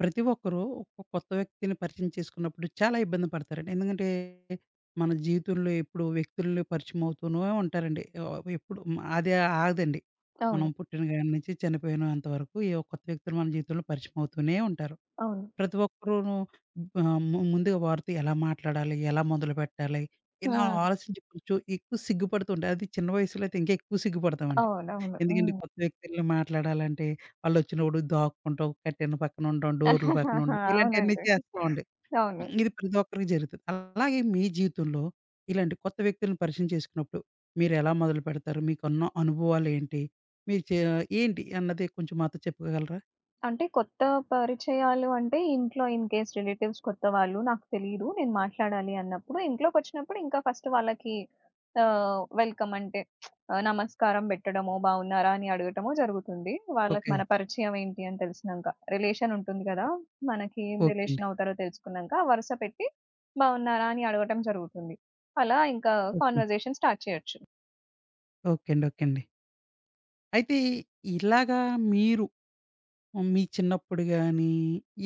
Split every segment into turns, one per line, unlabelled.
ప్రతి ఒక్కరు ఒక కొత్త వ్యక్తిని పరిచయం చేసుకున్నప్పుడు చాలా ఇబ్బంది పడతారండి. ఎందుకంటే, మన జీవితంలో ఎప్పుడు వ్యక్తుల్ని పరిచయం అవుతూనే ఉంటారండి. ఎప్పుడు అది ఆగదండి. మనం
అవును.
పుట్టిన కాడి నుంచి చనిపోయినంత వరకు ఏ ఒక్క కొత్త వ్యక్తులు మన జీవితంలో పరిచయం అవుతూనే ఉంటారు.
అవును.
ప్రతి ఒక్కరును ఆహ్, ము ముందుగా వారితో ఎలా మాట్లాడాలి? ఎలా మొదలుపెట్టాలి? ఇలా
హ్మ్.
ఆలోచించి కొంచెం ఎక్కువ సిగ్గుపడుతూ ఉంటారు. అది చిన్న వయసులో అయితే ఇంకా ఎక్కువ సిగ్గుపడతామండి.
అవునవును.
ఎందుకంటే
హ్మ్.
కొత్త వ్యక్తుల్ని మాట్లాడాలంటే, ఆళ్ళొచ్చినప్పుడు దాక్కుంటాం, కర్టెన్ పక్కన ఉండడం, డోర్లు పక్కన ఉండడం, ఇలాంటియన్నీ
అవునండి.
చేస్తా ఉండే.
అవును.
ఇది ప్రతి ఒక్కరికి జరుగుతది. అలాగే మీ జీవితంలో ఇలాంటి కొత్త వ్యక్తులను పరిచయం చేసుకున్నప్పుడు మీరెలా మొదలుపెడతారు? మీకున్న అనుభవాలేంటి? మీరు చే ఏంటి అన్నది కొంచెం మాతో చెప్పగలరా?
అంటే కొత్త పరిచయాలు అంటే ఇంట్లో ఇన్ కేస్ రిలేటివ్స్ కొత్త వాళ్ళు నాకు తెలీదు. నేను మాట్లాడాలి అన్నప్పుడు ఇంట్లోకొచ్చినప్పుడు ఇంకా ఫస్ట్ వాళ్ళకి వెల్కమ్ అంటే నమస్కారం పెట్టడమో, బాగున్నారా అని అడగటమో జరుగుతుంది. వాళ్ళకి
ఓకే.
మన పరిచయం ఏంటి అని తెలిసినంక. రిలేషన్ ఉంటుంది కదా! మనకి ఏం
ఓకే అండి.
రిలేషన్ అవుతారో తెలుసుకున్నాంక వరుస పెట్టి బాగున్నారా అని అడగటం జరుగుతుంది. అలా ఇంకా
ఓకే. అండి
కన్వర్జేషన్ స్టార్ట్ చేయొచ్చు.
ఓకే అండి. ఓకే అండి. అయితే ఇలాగా మీరు మీ చిన్నప్పుడు గాని,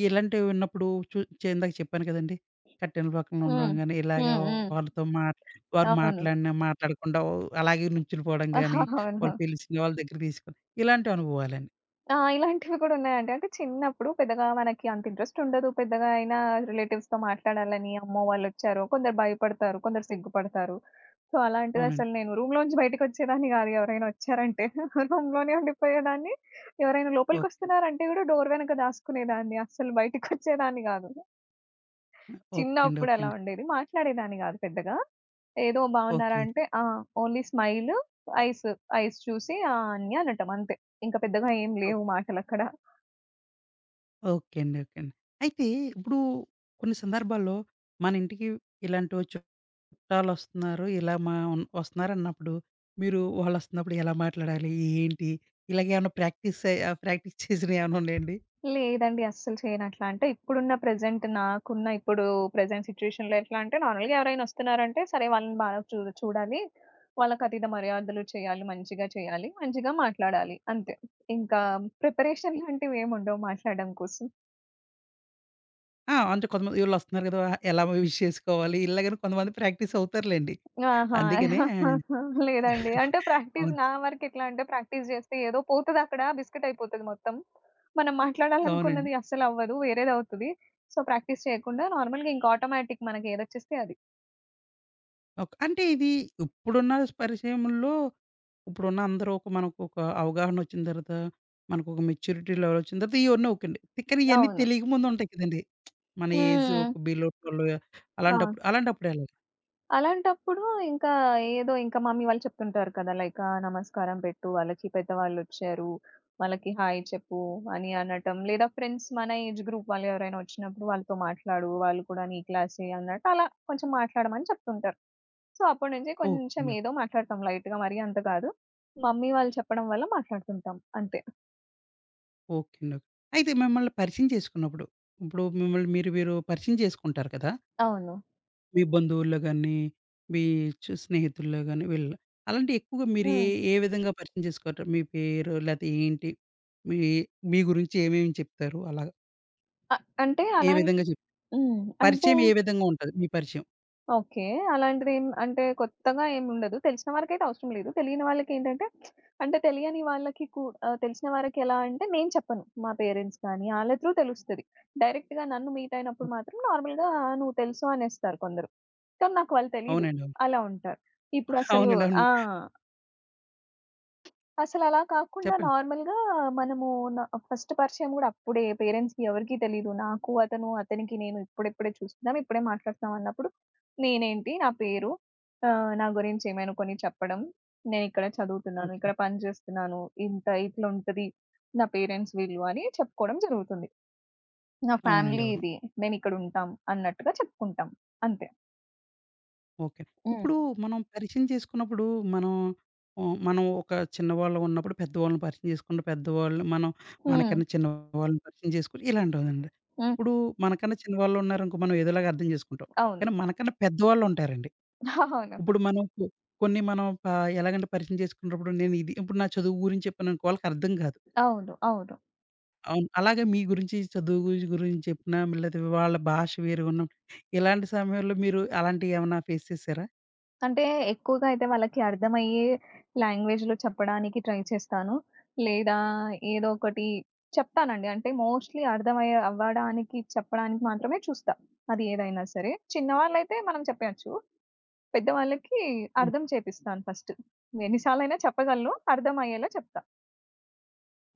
ఇలాంటివి విన్నప్పుడు చు చే ఇందాక చెప్పాను కదండీ! కట్టెల పక్కన
హ్మ్.
ఉండడం గాని, ఇలాగ
హ్మ్. హ్మ్.
వాళ్ళతో మాట్ వారు
అవును.
మాట్లాడినా మాట్లాడకుండా ఓ అలాగే నుంచుని పోవడం గాని,
అవును.
వాళ్ళు పిలిచిన వాళ్ళ దగ్గర తీసుకొని ఇలాంటి అనుభవాలండి.
ఆ! ఇలాంటివి కూడా ఉన్నాయండి. అంటే చిన్నప్పుడు పెద్దగా మనకి అంత ఇంట్రెస్ట్ ఉండదు. పెద్దగా అయినా రిలేటివ్స్‌తో మాట్లాడాలని, అమ్మో! వాళ్ళొచ్చారు. కొందరు భయపడతారు. కొందరు సిగ్గుపడతారు. సో, అలాంటిది
అవునండి.
అసలు నేను రూమ్‌లోంచి బయటికొచ్చేదాన్ని గాదు. ఎవరైనా వచ్చారంటే. రూమ్‌లోనే ఉండిపోయేదాన్ని. ఎవరైనా
ఓకే.
లోపలికొస్తున్నారంటే గూడా డోర్ వెనక దాసుకునేదాన్ని. అస్సలు బయటికొచ్చేదాన్ని గాదు.
ఆ! ఓకే అండి.
చిన్నప్పుడు
ఓకే
అలా
అండి.
ఉండేది. మాట్లాడేదాన్ని గాదు పెద్దగా. ఏదో బాగున్నారా
ఓకే.
అంటే, ఆ! ఓన్లీ స్మైల్, ఐస్ ఐస్ చూసి ఆ! అని అనటం అంతే. ఇంకా పెద్దగా ఏం లేవు
ఓకే.
మాటలక్కడ.
ఓకే అండి. ఓకే అండి. అయితే ఇప్పుడు కొన్ని సందర్భాల్లో మన ఇంటికి ఇలాంటివొచ్చు చుట్టాలొస్తున్నారు. ఇలా మా ఉన్ వస్తున్నారన్నప్పుడు మీరు వాళ్ళొస్తున్నప్పుడు ఎలా మాట్లాడాలి? ఏంటి? ఇలాగేమన్నా ప్రాక్టీస్ అయ్ ఆహ్, ప్రాక్టీస్ చేసినయేమన్నా ఉన్నాయండి?
లేదండి. అస్సలు చేయను అట్లా. అంటే ఇప్పుడున్న ప్రెజెంట్ నాకున్న ఇప్పుడు ప్రెజెంట్ సిట్యుయేషన్‌లో ఎట్లా అంటే నార్మల్‌గా ఎవరైనా వస్తున్నారంటే సరే వాళ్ళని బాగా చూడాలి. వాళ్ళకతీత మర్యాదలు చేయాలి. మంచిగా చేయాలి. మంచిగా మాట్లాడాలి అంతే. ఇంకా ప్రిపరేషన్ లాంటివేముండవు మాట్లాడడం కోసం.
ఆ! అంటే కొంతమంది ఈళ్ళొస్తున్నారు కదా! ఎలా విష్ చేసుకోవాలి? ఇలాగని కొంతమంది ప్రాక్టీస్ అవుతారులెండి.
ఆహా!
అందుకనే
లేదండి. అంటే ప్రాక్టీస్
అవును.
నా వరకెట్లా అంటే ప్రాక్టీస్ చేస్తే ఏదో పోతదక్కడ బిస్కెట్ అయిపోతది మొత్తం. మనం
అవునండి.
మాట్లాడాలనుకున్నది అస్సలవ్వదు. వేరేదవుతది. సో, ప్రాక్టీస్ చేయకుండా నార్మల్‌గా ఇంకా ఆటోమేటిక్ మనకేదొచ్చేస్తే అది.
ఓకే. అంటే ఇది ఇప్పుడున్న పరిచయంలో ఇప్పుడున్న అందరూ ఒక మనకొక అవగాహనొచ్చిన తర్వాత, మనకొక మెచ్యూరిటీ లెవెల్ వచ్చిన తర్వాత ఇయన్నీ ఓకే అండి. కానీ ఇయన్నీ
అవును.
తెలియక ముందు ఉంటాయి కదండీ! మన ఏజ్ ఒక
హ్మ్.
బిలో 12
ఆ!
అలాంటప్పుడు అలాంటప్పుడు ఎలాగా?
అలాంటప్పుడు ఇంకా ఏదో ఇంకా మమ్మీ వాళ్ళు చెప్తుంటారు కదా! లైక్ ఆ! నమస్కారం పెట్టు, వాళ్ళకి పెద్దవాళ్ళొచ్చారు, వాళ్ళకి హాయ్ చెప్పు అని అనటం. లేదా ఫ్రెండ్స్ మన ఏజ్ గ్రూప్ వాళ్ళు ఎవరైనా వచ్చినప్పుడు వాళ్ళతో మాట్లాడు, వాళ్ళు కూడా నీ క్లాసే అన్నట్టు అలా కొంచెం మాట్లాడమని చెప్తుంటారు. సో, అప్పటి నుంచి
ఓకే
కొంచెం
అండి.
ఏదో మాట్లాడతాం లైట్‌గా మరీ అంత కాదు. హ్మ్. మమ్మీ వాళ్ళు చెప్పడం వల్ల మాట్లాడుతుంటాం అంతే.
ఓకే అండి. ఓకే. అయితే మిమ్మల్ని పరిచయం చేసుకున్నప్పుడు, ఇప్పుడు మిమ్మల్ని మీరు మీరు పరిచయం చేసుకుంటారు కదా!
అవును.
మీ బంధువుల్లో గాని, మీ చు స్నేహితుల్లో గాని వీళ్ళలో. అలాంటివి ఎక్కువగా మీరు ఏ
హ్మ్.
ఏ విధంగా పరిచయం చేసుకుంటారు? మీ పేరు లేతే ఏంటి? మీ మీ గురించి ఏమేమి చెప్తారు? అలాగా
అ అంటే
ఏ
అలాం
విధంగా చెప్
హ్మ్. అంటే
పరిచయం ఏ విధంగా ఉంటది? మీ పరిచయం.
ఓకే. అలాంటిదేం అంటే కొత్తగా ఏముండదు. తెలిసిన వారికైతే అవసరం లేదు. తెలియని వాళ్ళకేంటంటే అంటే తెలియని వాళ్ళకి కూ తెలిసిన వారికి ఎలా అంటే నేను చెప్పను. మా పేరెంట్స్ గానీ ఆళ్ళ త్రూ తెలుస్తది. డైరెక్ట్‌గా నన్ను మీట్ అయినప్పుడు
హ్మ్.
మాత్రం నార్మల్‌గా నువ్వు తెలుసు అనేస్తారు కొందరు. కానీ నాకు వాళ్ళు తెలీదు.
అవునండి. అవును.
అలా ఉంటారు. ఇప్పుడు అసలు
అవునండి. అవును.
ఆ! అసలలా కాకుండా
చెప్పండి.
నార్మల్‌గా మనము న ఫస్ట్ పరిచయం గూడా అప్పుడే పేరెంట్స్‌కి ఎవరికీ తెలీదు. నాకు అతను, అతనికి నేను ఇప్పుడిప్పుడే చూస్తున్నాం, ఇప్పుడే మాట్లాడుతున్నాం అన్నప్పుడు నేనేంటి, నా పేరు, నా గురించి ఏమైనా కొన్ని చెప్పడం. నేనిక్కడ చదువుతున్నాను,
ఓకే.
ఇక్కడ పని జేస్తున్నాను, ఇంత ఇట్లుంటది నా పేరెంట్స్ వీళ్ళు అని చెప్పుకోవడం జరుగుతుంది. నా
అవునండి.
ఫ్యామిలీ
అవును.
ఇది. మేమిక్కడుంటాం అన్నట్టుగా చెప్పుకుంటాం. అంతే.
ఓకే.
హ్మ్.
ఇప్పుడు మనం పరిచయం చేసుకున్నప్పుడు మనం మనం ఒక చిన్నవాళ్ళం ఉన్నప్పుడు పెద్దవాళ్ళని పరిచయం చేసుకుంటే పెద్దవాళ్ళు మనం
హ్మ్.
మనకన్నా చిన్నవాళ్ళని పరిచయం చేసుకొని ఇలాంటిదండి.
హ్మ్.
ఇప్పుడు మనకన్నా చిన్నవాళ్ళు ఉన్నారనుకో మనం ఏదోలాగా అర్థం చేసుకుంటాం.
అవును.
కానీ మనకన్నా పెద్దవాళ్ళు ఉంటారండి.
అవును.
ఇప్పుడు మనం కొ కొన్ని మనం ప ఎలాగంటే పరిచయం చేసుకున్నప్పుడు నేను ఇది ఇప్పుడు నా చదువు గురించి చెప్పాననుకో వాళ్ళకి అర్థం కాదు.
అవును. అవును.
అవును. అలాగే మీ గురించి చదువు గురి గురించి చెప్పినా లేదా వాళ్ళ భాష వేరుగున్న ఇలాంటి సమయంలో మీరు అలాంటియేమన్నా ఫేస్ చేసారా?
అంటే ఎక్కువగా అయితే వాళ్ళకి అర్థమయ్యే లాంగ్వేజ్‌లో చెప్పడానికి ట్రై చేస్తాను. లేదా ఏదో ఒకటి చెప్తానండి. అంటే మోస్ట్‌లీ అర్థమయ్యే అవ్వడానికి చెప్పడానికి మాత్రమే చూస్తా. అది ఏదైనా సరే. చిన్నవాళ్ళైతే మనం చెప్పేయొచ్చు. పెద్దవాళ్ళకి
హ్మ్.
అర్థం చేపిస్తాను ఫస్ట్. ఎన్ని సార్లైనా చెప్పగలను. అర్థమయ్యేలా చెప్తా.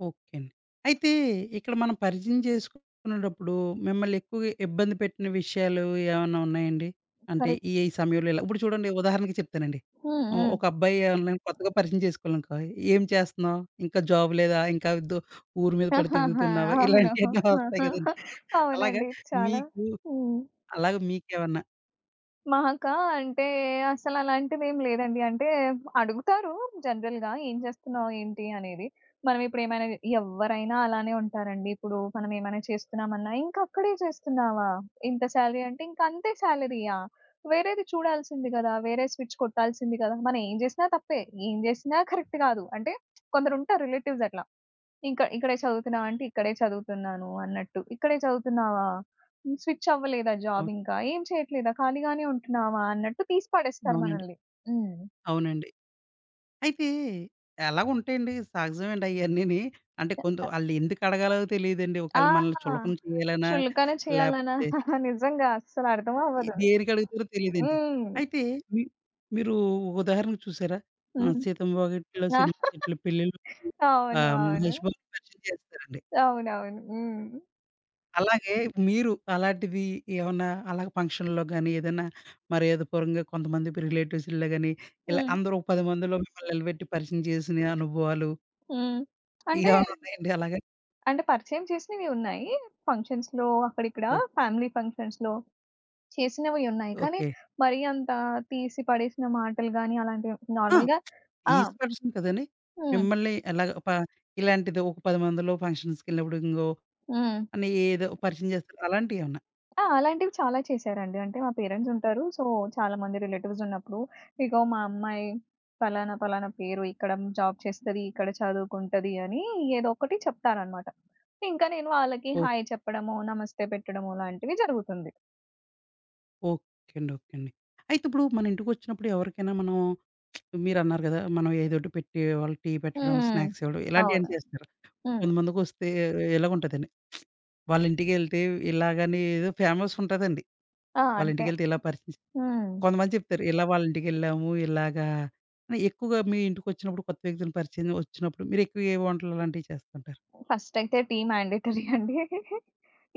ఓకే అండి. అయితే ఇక్కడ మనం పరిచయం చేసుకునేటప్పుడు మిమ్మల్ని ఎక్కువగా ఇబ్బంది పెట్టిన విషయాలు ఏమన్నా ఉన్నాయండి? అంటే
కరెక్ట్.
ఈ ఈ సమయంలో ఇలా ఇప్పుడు చూడండి ఉదాహరణకి చెప్తానండి.
హ్మ్. హ్మ్.
ఒక అబ్బాయి ఎవరినైనా కొత్తగా పరిచయం చేసుకోవాలనుకో, "ఏం చేస్తున్నావు? ఇంకా జాబ్ లేదా? ఇంకా దు ఊరు మీద పడి తిరుగుతున్నావా?"
అవును.
ఇలాంటియన్నీ వస్తాయి కదండీ.
ఆహాహా.
అలాగా
అవునండి. చాలా.
మీకు
హ్మ్.
అలాగా మీకేమన్నా
మాకా అంటే అసలలాంటిదేం లేదండి. అంటే అడుగుతారు జనరల్‌గా ఏం చేస్తున్నావు? ఏంటి? అనేది. మనం ఇప్పుడేమైనా ఎవ్వరైనా అలానే ఉంటారండి. ఇప్పుడు మనం ఏమైనా చేస్తున్నామన్నా, "ఇంకక్కడే చేస్తున్నావా? ఇంత సాలరీ" అంటే, "ఇంకంతే సాలరీయా? వేరేది చూడాల్సింది గదా! వేరే స్విచ్ కొట్టాల్సింది గదా!" మనం ఏం జేసినా తప్పే. ఏం జేసినా కరెక్ట్ గాదు. అంటే కొందరుంటారు రిలేటివ్స్ అట్లా. ఇంక ఇక్కడే చదువుతున్నావా? అంటే ఇక్కడే చదువుతున్నాను అన్నట్టు. ఇక్కడే చదువుతున్నావా? హ్మ్. స్విచ్ అవ్వలేదా జాబ్
అవును.
ఇంకా? ఏం చేయట్లేదా? ఖాళీగానే ఉంటున్నావా? అన్నట్టు తీసి పడేస్తారు
అవునండి.
మనల్ని. హ్మ్.
అవునండి. అయితే ఎలాగుంటాయండి సహజమేండి అయన్నీని. అంటే కొంత ఆళ్ళెందుకడగాలో తెలీదండి. ఒకవేళ మనల్ని
ఆ!
చులకన చేయాలనా,
చులకన చేయాలనా
లేపోతే
నిజంగా అస్సలు అర్థం
ఈ
అవ్వదు.
దేనికడుగుతారో తెలీదండి.
హ్మ్.
అయితే మీ మీరు ఉదాహరణకు చూసారా
హ్మ్.
'సీతమ్మ వాకిట్లో'
ఆ!
సినిమా సెట్‌లు పెళ్ళిళ్ళు
అవును. అవును.
మహేష్ బాబుని పరిచయం చేస్తారండి.
అవునవును. హ్మ్.
అలాగే మీరు అలాంటిది ఏమన్నా అలాగ ఫంక్షన్‌లో గాని, ఏదైనా మర్యాద పూర్వంగా కొంతమంది రిలేటివ్స్‌లో గాని, ఇలా
హ్మ్.
అందరూ ఒక 10 మందిలో మిమ్మల్ని నిలబెట్టి పరిచయం చేసిన అనుభవాలు
హ్మ్.
ఇ
అంటే,
అవును ఉన్నాయండి. అలాగా
అంటే పరిచయం చేసినవి ఉన్నాయి. ఫంక్షన్స్‌లో అక్కడిక్కడ
ఓ
ఫ్యామిలీ ఫంక్షన్స్‌లో. చేసినవి ఉన్నాయి. కానీ
ఓకే.
మరీ అంత తీసి పడేసిన మాటలు గాని అలాంటివి
ఆ!
నార్మల్‌గా ఆ!
ఫీజ్ పర్సన్ కదండీ.
హ్మ్.
మిమ్మల్ని ఎలాగ ప ఇలాంటిది ఒక 10 మందిలో ఫంక్షన్స్‌కెళ్ళినప్పుడు ఇంగో
హ్మ్.
అని ఏదో పరిచయం చేస్తారు. అలాంటియేమన్నా?
ఆ! అలాంటివి చాలా చేశారండి. అంటే మా పేరెంట్స్ ఉంటారు. సో, చాలామంది రిలేటివ్స్ ఉన్నప్పుడు, ఇగో మా అమ్మాయి ఫలానా, ఫలానా పేరు ఇక్కడ జాబ్ చేస్తది, ఇక్కడ చదువుకుంటది అని ఏదో ఒకటి చెప్తారనమాట. ఇంకా నేను వాళ్ళకి హాయ్
ఓకే.
చెప్పడమో, నమస్తే పెట్టడమో లాంటివి జరుగుతుంది.
ఓకే అండి. ఓకే అండి. అయితే ఇప్పుడు మన ఇంటికొచ్చినప్పుడు ఎవరికైనా మనం మీరన్నారు కదా! మనం ఏదోటి పెట్టి వాళ్ళకి టీ పెట్టడం,
హ్మ్.
స్నాక్స్ ఇవ్వడం
అవును.
ఇలాంటియన్నీ చేస్తారు.
హ్మ్.
కొంతమందికొస్తే ఇలాగుంటదండి. వాళ్ళ ఇంటికెళ్తే ఇలాగని ఏదో ఫేమస్ ఉంటదండి.
ఆ!
వాళ్ళ
అంటే
ఇంటికెళ్తే ఇలా పరిచయం
హ్మ్.
కొంతమంది చెప్తారు. ఇలా వాళ్ళ ఇంటికెళ్ళాము. ఇలాగా అని ఎక్కువగా మీ ఇంటికొచ్చినప్పుడు కొత్త వ్యక్తులు పరిచయం వచ్చినప్పుడు మీరెక్కువ ఏ వంటలు అలాంటివి చేస్తుంటారు?
ఫస్టయితే టీ మ్యాండేటరీ అండి.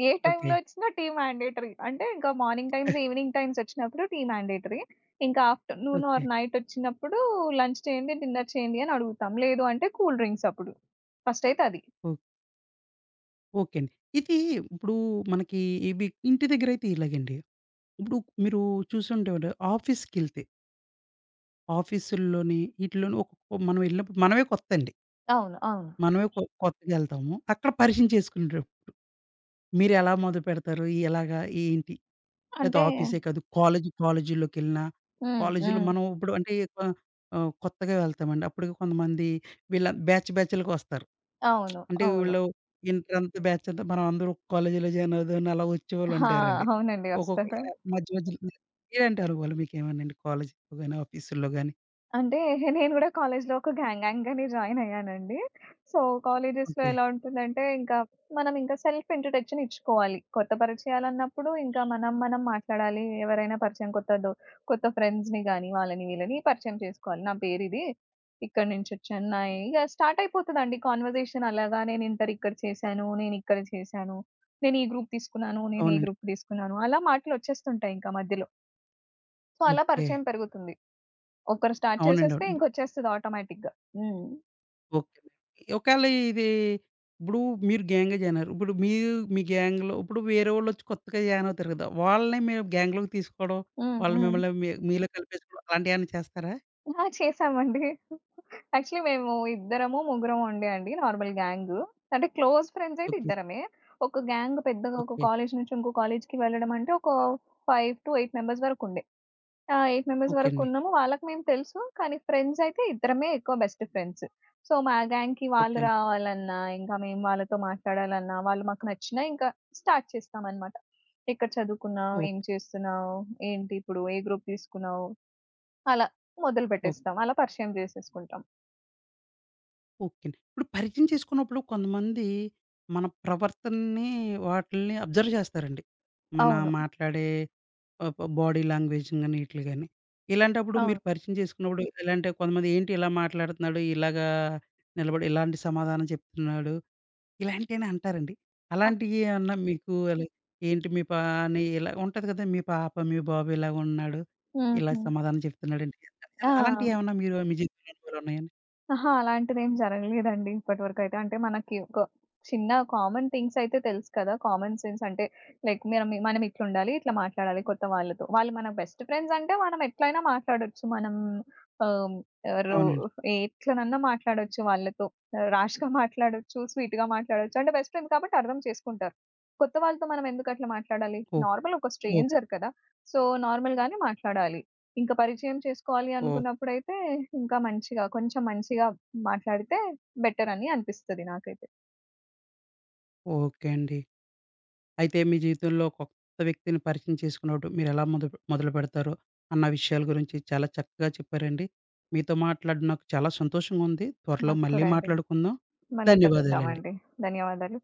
ఏ
ఓకే.
టైమ్‌లో ఒచ్చినా టీ మ్యాండేటరీ. అంటే ఇంకా మార్నింగ్ టైమ్స్, ఈవినింగ్ టైమ్స్ ఒచ్చినప్పుడు టీ మ్యాండేటరీ. ఇంకా ఆఫ్టర్‌నూన్
ఓకే.
ఆర్ నైట్ ఒచ్చినప్పుడు లంచ్ చేయండి, డిన్నర్ చేయండి అని అడుగుతాం. లేదు అంటే కూల్ డ్రింక్స్ అప్పుడు. ఫస్టయితే అది.
ఓ ఓకే అండి. ఇది ఇప్పుడు మనకి ఇవి ఇంటి దగ్గరైతే ఇలాగండి. ఇప్పుడు మీరు చూసుంటే ఉంటారు. ఆఫీస్‌కెళ్తే ఆఫీసుల్లోని ఈటిల్లోని ఒక్కొక్క మనం ఎళ్ళినప్పుడు మనమే కొత్తండి.
అవును. అవును.
మనమే కొ కొత్తగా ఎళ్తాము. అక్కడ పరిచయం చేసుకుంటాం. మీరెలా మొదలుపెడతారు? ఎలాగా ఏంటి? లేతే
అంటే
ఆఫీసే కాదు కాలేజ్ కాలేజీల్లోకెళ్ళినా,
హ్మ్.
కాలేజీలో
హ్మ్.
మనం ఇప్పుడు అంటే క ఆహ్, కొత్తగా వెళ్తామండి. అప్పటికి కొంతమంది వీళ్ళ బ్యాచ్‌లుగొస్తారు.
అవును.
అంటే
అవును.
వీళ్ళు ఇంటర్ అంతా బ్యాచ్ అంతా మనం అందరూ ఒక కాలేజీలో జాయిన్ అవుదామని అలా
ఆ!
వచ్చేవాళ్ళుంటారండి.
అవునండి.
ఒక్కొక్కళ్ళు
ఒస్తారు.
మధ్య మధ్యలో మీరేంటి అనుభవాలు మీకేమన్నండి కాలేజీలో గాని, ఆఫీసుల్లో గాని?
అంటే నేను గూడా కాలేజ్‌లో ఒక గ్యాంగ్‌గానే జాయిన్ అయ్యానండి. సో, కాలేజెస్‌లో
ఓకే.
ఎలా ఉంటుందంటే, ఇంకా మనం ఇంకా సెల్ఫ్ ఇంట్రడక్షన్ ఇచ్చుకోవాలి. కొత్త పరిచయాలన్నప్పుడు ఇంకా మనం మనం మాట్లాడాలి. ఎవరైనా పరిచయం కొత్త ఫ్రెండ్స్‌ని గానీ, వాళ్ళని వీళ్ళని పరిచయం చేసుకోవాలి. నా పేరిది. ఇక్కడి నుంచొచ్చాను. నా ఇగ స్టార్ట్ అయిపోతదండి కాన్వర్జేషన్ అలాగా నేను ఇంటర్ ఇక్కడ చేశాను. నేను ఇక్కడ చేశాను. నేను ఈ గ్రూప్ తీసుకున్నాను. నేను ఈ
అవునండి.
గ్రూప్ తీసుకున్నాను. అలా మాటలొచ్చేస్తుంటాయి ఇంకా మధ్యలో. సో, అలా
ఓకే.
పరిచయం పెరుగుతుంది. ఒకరు స్టార్ట్
అవునండి.
చేసేస్తే
అవును.
ఇంకొచ్చేస్తది ఆటోమేటిక్‌గా. హ్మ్.
ఓకే. ఒకేళ ఇది ఇప్పుడు మీరు గ్యాంగ్‌గా జాయిన్ అయ్యారు. ఇప్పుడు మీరు మీ గ్యాంగ్‌లో ఇప్పుడు వేరే వాళ్ళొచ్చి కొత్తగా జాయిన్ అవుతారు కదా! వాళ్ళని మీరు గ్యాంగ్‌లోకి తీసుకోవడం,
హ్మ్.
వాళ్ళు
హ్మ్.
మిమ్మల్ని మీ మీలో కలిపేసుకోవడం అలాంటియేమన్నా చేస్తారా?
ఆ! చేశామండి. యాక్చువల్లీ మేము ఇద్దరమో, ముగ్గురమో ఉండే అండి నార్మల్ గ్యాంగు. అంటే క్లోజ్ ఫ్రెండ్స్ అయితే
ఓకే.
ఇద్దరమే. ఒక గ్యాంగ్ పెద్దగా ఒక
ఓకే.
కాలేజీ నుంచి ఇంకో కాలేజీకి వెళ్ళడం అంటే ఒక 5-8 మెంబర్స్ వరకు ఉండేది. ఆ! 8 మెంబర్స్
ఓకే అండి.
వరకున్నాము. వాళ్ళకి మేము తెలుసు. కానీ ఫ్రెండ్స్ అయితే ఇద్దరమే ఎక్కువ బెస్ట్ ఫ్రెండ్స్. సో, మా గ్యాంగ్‌కి
ఓకే
వాళ్ళు
అండి.
రావాలన్నా, ఇంకా మేము వాళ్ళతో మాట్లాడాలన్నా, వాళ్ళు మాకు నచ్చినా ఇంకా స్టార్ట్ చేస్తామనమాట. ఎక్కడ చదువుకున్నావు? ఏం
ఓకే.
చేస్తున్నావు? ఏంటి ఇప్పుడు? ఏ గ్రూప్ తీసుకున్నావు? అలా మొదలు
ఓకే.
పెట్టేస్తాం. అలా పరిచయం చేసేసుకుంటాం.
ఓకే అండి. ఇప్పుడు పరిచయం చేసుకున్నప్పుడు కొంతమంది మన ప్రవర్తనని వాటిల్ని అబ్జర్వ్ చేస్తారండి. మన
అవును.
మాట్లాడే ప ప బాడీ లాంగ్వేజ్‌ని గాని ఈటిలి గాని. ఇలాంటప్పుడు
అవును.
మీరు పరిచయం చేసుకున్నప్పుడు ఇలాంటి కొంతమంది ఏంటి ఇలా మాట్లాడుతున్నాడు, ఇలాగా నిలబడి ఇలాంటి సమాధానం చెప్తున్నాడు, ఇలాంటియని అంటారండి.
ఆ!
అలాంటియి ఏమన్నా మీకు అలా ఏంటి మీ పా అని ఇలా ఉంటది కదా! మీ పాప, మీ బాబు ఇలాగున్నాడు, ఇలా
హుహు.
సమాధానం చెప్తున్నాడంటే
ఆ!
అలాంటియేమన్నా మీరు మీ జీవితంలో అనుభవాలున్నాయండి?
అహా! అలాంటిదేం జరగలేదండి ఇప్పటివరకైతే. అంటే మనకి ఒక చిన్న కామన్ థింగ్స్ అయితే తెలుసు కదా! కామన్ సెన్స్ అంటే లైక్ మనం మనం ఇట్లుండాలి, ఇట్లా మాట్లాడాలి కొత్త వాళ్ళతో. వాళ్ళు మన బెస్ట్ ఫ్రెండ్స్ అంటే మనం ఎట్లైనా మాట్లాడొచ్చు. మనం ఆహ్, రో
అవునండి.
ఎట్లనన్నా మాట్లాడొచ్చు వాళ్ళతో. ర్యాష్‌గా మాట్లాడొచ్చు, స్వీట్‌గా మాట్లాడొచ్చు. అంటే బెస్ట్ ఫ్రెండ్స్ కాబట్టి అర్థం చేసుకుంటారు. కొత్త వాళ్ళతో మనం ఎందుకు అట్లా మాట్లాడాలి?
ఓహ్!
నార్మల్ ఒక
ఓకే.
స్ట్రేంజర్ కదా! సో, నార్మల్‌గానే మాట్లాడాలి. ఇంక పరిచయం చేసుకోవాలి
ఓహ్!
అనుకున్నప్పుడైతే, ఇంకా మంచిగా కొంచెం మంచిగా మాట్లాడితే బెటరని అనిపిస్తది నాకైతే.
ఓకే అండి. అయితే మీ జీవితంలో ఒక కొత్త వ్యక్తిని పరిచయం చేసుకున్నప్పుడు మీరెలా మొద మొదలుపెడతారు? అన్న విషయాల గురించి చాలా చక్కగా చెప్పారండి. మీతో మాట్లాడడం నాకు చాలా సంతోషంగా ఉంది. త్వరలో
నాకు కూడా
మళ్ళీ
అండి.
మాట్లాడుకుందాం.
మళ్ళీ
ధన్యవాదాలండి.
కలుద్దామండి. ధన్యవాదాలు.